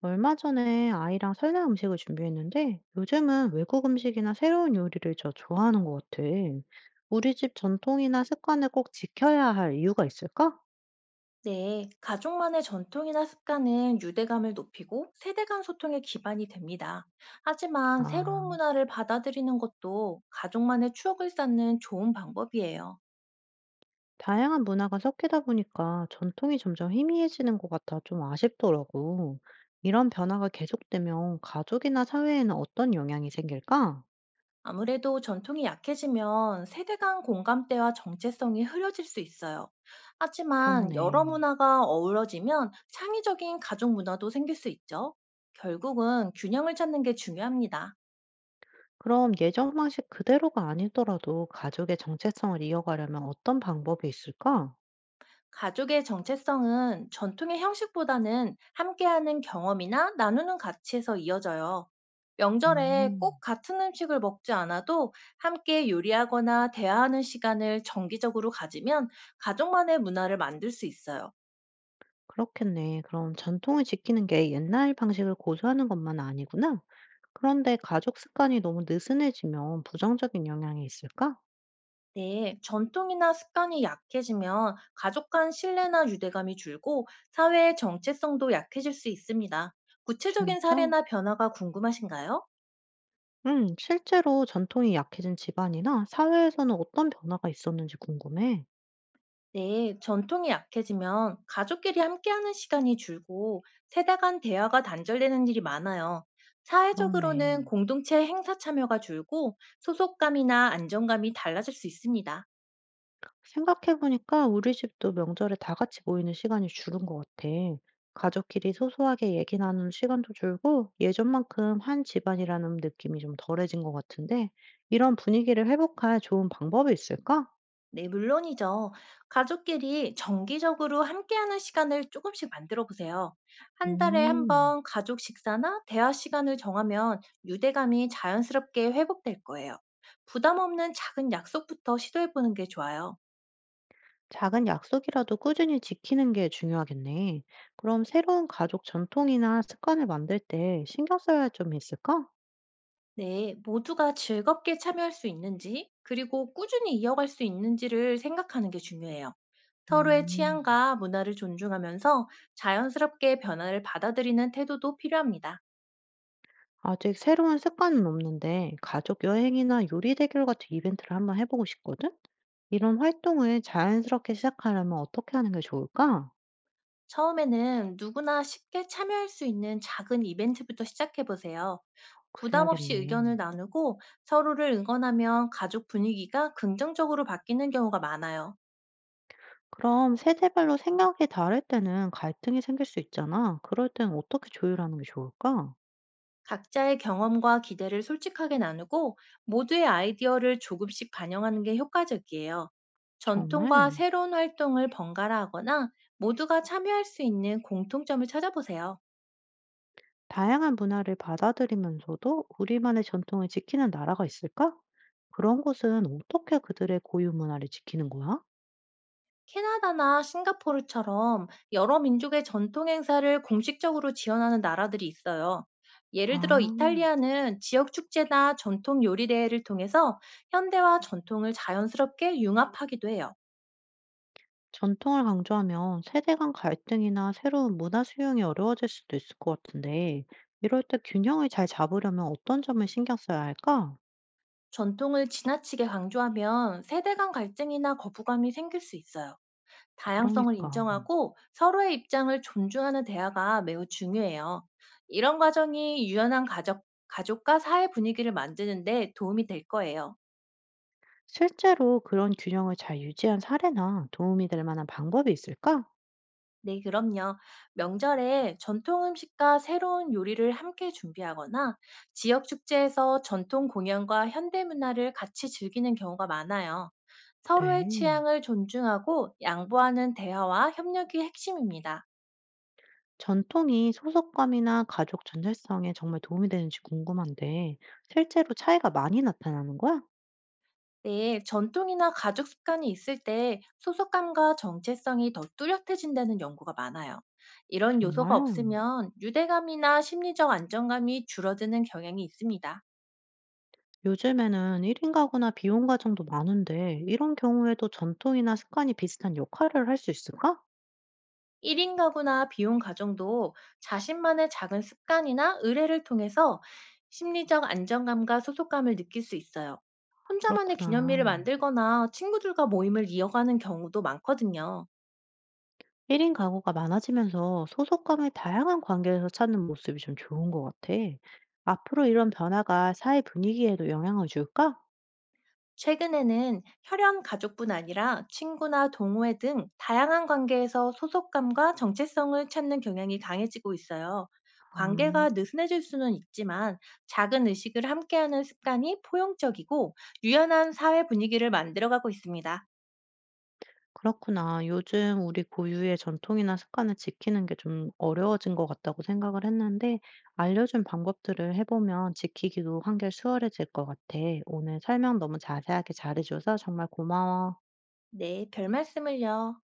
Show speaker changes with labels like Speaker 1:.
Speaker 1: 얼마 전에 아이랑 설날 음식을 준비했는데 요즘은 외국 음식이나 새로운 요리를 저 좋아하는 것 같아. 우리 집 전통이나 습관을 꼭 지켜야 할 이유가 있을까?
Speaker 2: 네, 가족만의 전통이나 습관은 유대감을 높이고 세대 간 소통의 기반이 됩니다. 하지만 새로운
Speaker 1: 아,
Speaker 2: 문화를 받아들이는 것도 가족만의 추억을 쌓는 좋은 방법이에요.
Speaker 1: 다양한 문화가 섞이다 보니까 전통이 점점 희미해지는 것 같아 좀 아쉽더라고. 이런 변화가 계속되면 가족이나 사회에는 어떤 영향이 생길까?
Speaker 2: 아무래도 전통이 약해지면 세대 간 공감대와 정체성이 흐려질 수 있어요. 하지만 여러
Speaker 1: 그렇네.
Speaker 2: 문화가 어우러지면 창의적인 가족 문화도 생길 수 있죠. 결국은 균형을 찾는 게 중요합니다.
Speaker 1: 그럼 예전 방식 그대로가 아니더라도 가족의 정체성을 이어가려면 어떤 방법이 있을까?
Speaker 2: 가족의 정체성은 전통의 형식보다는 함께하는 경험이나 나누는 가치에서 이어져요. 명절에
Speaker 1: 음.
Speaker 2: 꼭 같은 음식을 먹지 않아도 함께 요리하거나 대화하는 시간을 정기적으로 가지면 가족만의 문화를 만들 수 있어요.
Speaker 1: 그렇겠네. 그럼 전통을 지키는 게 옛날 방식을 고수하는 것만 아니구나. 그런데 가족 습관이 너무 느슨해지면 부정적인 영향이 있을까?
Speaker 2: 네, 전통이나 습관이 약해지면 가족 간 신뢰나 유대감이 줄고 사회의 정체성도 약해질 수 있습니다. 구체적인
Speaker 1: 진짜?
Speaker 2: 사례나 변화가 궁금하신가요?
Speaker 1: 응, 실제로 전통이 약해진 집안이나 사회에서는 어떤 변화가 있었는지 궁금해.
Speaker 2: 네, 전통이 약해지면 가족끼리 함께하는 시간이 줄고 세대 간 대화가 단절되는 일이 많아요.
Speaker 1: 그렇네.
Speaker 2: 사회적으로는 공동체 행사 참여가 줄고 소속감이나 안정감이 달라질 수 있습니다.
Speaker 1: 생각해 보니까 우리 집도 명절에 다 같이 모이는 시간이 줄은 것 같아. 가족끼리 소소하게 얘기 나누는 시간도 줄고 예전만큼 한 집안이라는 느낌이 좀 덜해진 것 같은데 이런 분위기를 회복할 좋은 방법이 있을까?
Speaker 2: 네, 물론이죠. 가족끼리 정기적으로 함께하는 시간을 조금씩 만들어 보세요. 한 달에 한
Speaker 1: 음,
Speaker 2: 번 가족 식사나 대화 시간을 정하면 유대감이 자연스럽게 회복될 거예요. 부담 없는 작은 약속부터 시도해 보는 게 좋아요.
Speaker 1: 작은 약속이라도 꾸준히 지키는 게 중요하겠네. 그럼 새로운 가족 전통이나 습관을 만들 때 신경 써야 할 점이 있을까?
Speaker 2: 네, 모두가 즐겁게 참여할 수 있는지, 그리고 꾸준히 이어갈 수 있는지를 생각하는 게 중요해요. 서로의
Speaker 1: 음.
Speaker 2: 취향과 문화를 존중하면서 자연스럽게 변화를 받아들이는 태도도 필요합니다.
Speaker 1: 아직 새로운 습관은 없는데 가족 여행이나 요리 대결 같은 이벤트를 한번 해보고 싶거든? 이런 활동을 자연스럽게 시작하려면 어떻게 하는 게 좋을까?
Speaker 2: 처음에는 누구나 쉽게 참여할 수 있는 작은 이벤트부터 시작해 보세요. 부담 없이 의견을
Speaker 1: 그래야겠네.
Speaker 2: 나누고 서로를 응원하면 가족 분위기가 긍정적으로 바뀌는 경우가 많아요.
Speaker 1: 그럼 세대별로 생각이 다를 때는 갈등이 생길 수 있잖아. 그럴 땐 어떻게 조율하는 게 좋을까?
Speaker 2: 각자의 경험과 기대를 솔직하게 나누고 모두의 아이디어를 조금씩 반영하는 게 효과적이에요. 전통과
Speaker 1: 정말
Speaker 2: 새로운 활동을 번갈아 하거나 모두가 참여할 수 있는 공통점을 찾아보세요.
Speaker 1: 다양한 문화를 받아들이면서도 우리만의 전통을 지키는 나라가 있을까? 그런 곳은 어떻게 그들의 고유 문화를 지키는 거야?
Speaker 2: 캐나다나 싱가포르처럼 여러 민족의 전통 행사를 공식적으로 지원하는 나라들이 있어요. 예를 들어
Speaker 1: 아.
Speaker 2: 이탈리아는 지역 축제나 전통 요리 대회를 통해서 현대와 전통을 자연스럽게 융합하기도 해요.
Speaker 1: 전통을 강조하면 세대 간 갈등이나 새로운 문화 수용이 어려워질 수도 있을 것 같은데, 이럴 때 균형을 잘 잡으려면 어떤 점을 신경 써야 할까?
Speaker 2: 전통을 지나치게 강조하면 세대 간 갈등이나 거부감이 생길 수 있어요. 다양성을
Speaker 1: 그러니까.
Speaker 2: 인정하고 서로의 입장을 존중하는 대화가 매우 중요해요. 이런 과정이 유연한 가족, 가족과 사회 분위기를 만드는데 도움이 될 거예요.
Speaker 1: 실제로 그런 균형을 잘 유지한 사례나 도움이 될 만한 방법이 있을까?
Speaker 2: 네, 그럼요. 명절에 전통 음식과 새로운 요리를 함께 준비하거나 지역 축제에서 전통 공연과 현대 문화를 같이 즐기는 경우가 많아요. 서로의
Speaker 1: 그래.
Speaker 2: 취향을 존중하고 양보하는 대화와 협력이 핵심입니다.
Speaker 1: 전통이 소속감이나 가족 전달성에 정말 도움이 되는지 궁금한데, 실제로 차이가 많이 나타나는 거야?
Speaker 2: 네, 전통이나 가족 습관이 있을 때 소속감과 정체성이 더 뚜렷해진다는 연구가 많아요. 이런 요소가
Speaker 1: 정말?
Speaker 2: 없으면 유대감이나 심리적 안정감이 줄어드는 경향이 있습니다.
Speaker 1: 요즘에는 1인 가구나 비혼 가정도 많은데, 이런 경우에도 전통이나 습관이 비슷한 역할을 할 수 있을까?
Speaker 2: 1인 가구나 비혼 가정도 자신만의 작은 습관이나 의례를 통해서 심리적 안정감과 소속감을 느낄 수 있어요. 혼자만의
Speaker 1: 그렇구나.
Speaker 2: 기념일을 만들거나 친구들과 모임을 이어가는 경우도 많거든요.
Speaker 1: 1인 가구가 많아지면서 소속감을 다양한 관계에서 찾는 모습이 좀 좋은 것 같아. 앞으로 이런 변화가 사회 분위기에도 영향을 줄까?
Speaker 2: 최근에는 혈연 가족뿐 아니라 친구나 동호회 등 다양한 관계에서 소속감과 정체성을 찾는 경향이 강해지고 있어요.
Speaker 1: 아.
Speaker 2: 관계가 느슨해질 수는 있지만 작은 의식을 함께하는 습관이 포용적이고 유연한 사회 분위기를 만들어가고 있습니다.
Speaker 1: 그렇구나. 요즘 우리 고유의 전통이나 습관을 지키는 게 좀 어려워진 것 같다고 생각을 했는데, 알려준 방법들을 해보면 지키기도 한결 수월해질 것 같아. 오늘 설명 너무 자세하게 잘해줘서 정말 고마워.
Speaker 2: 네, 별 말씀을요.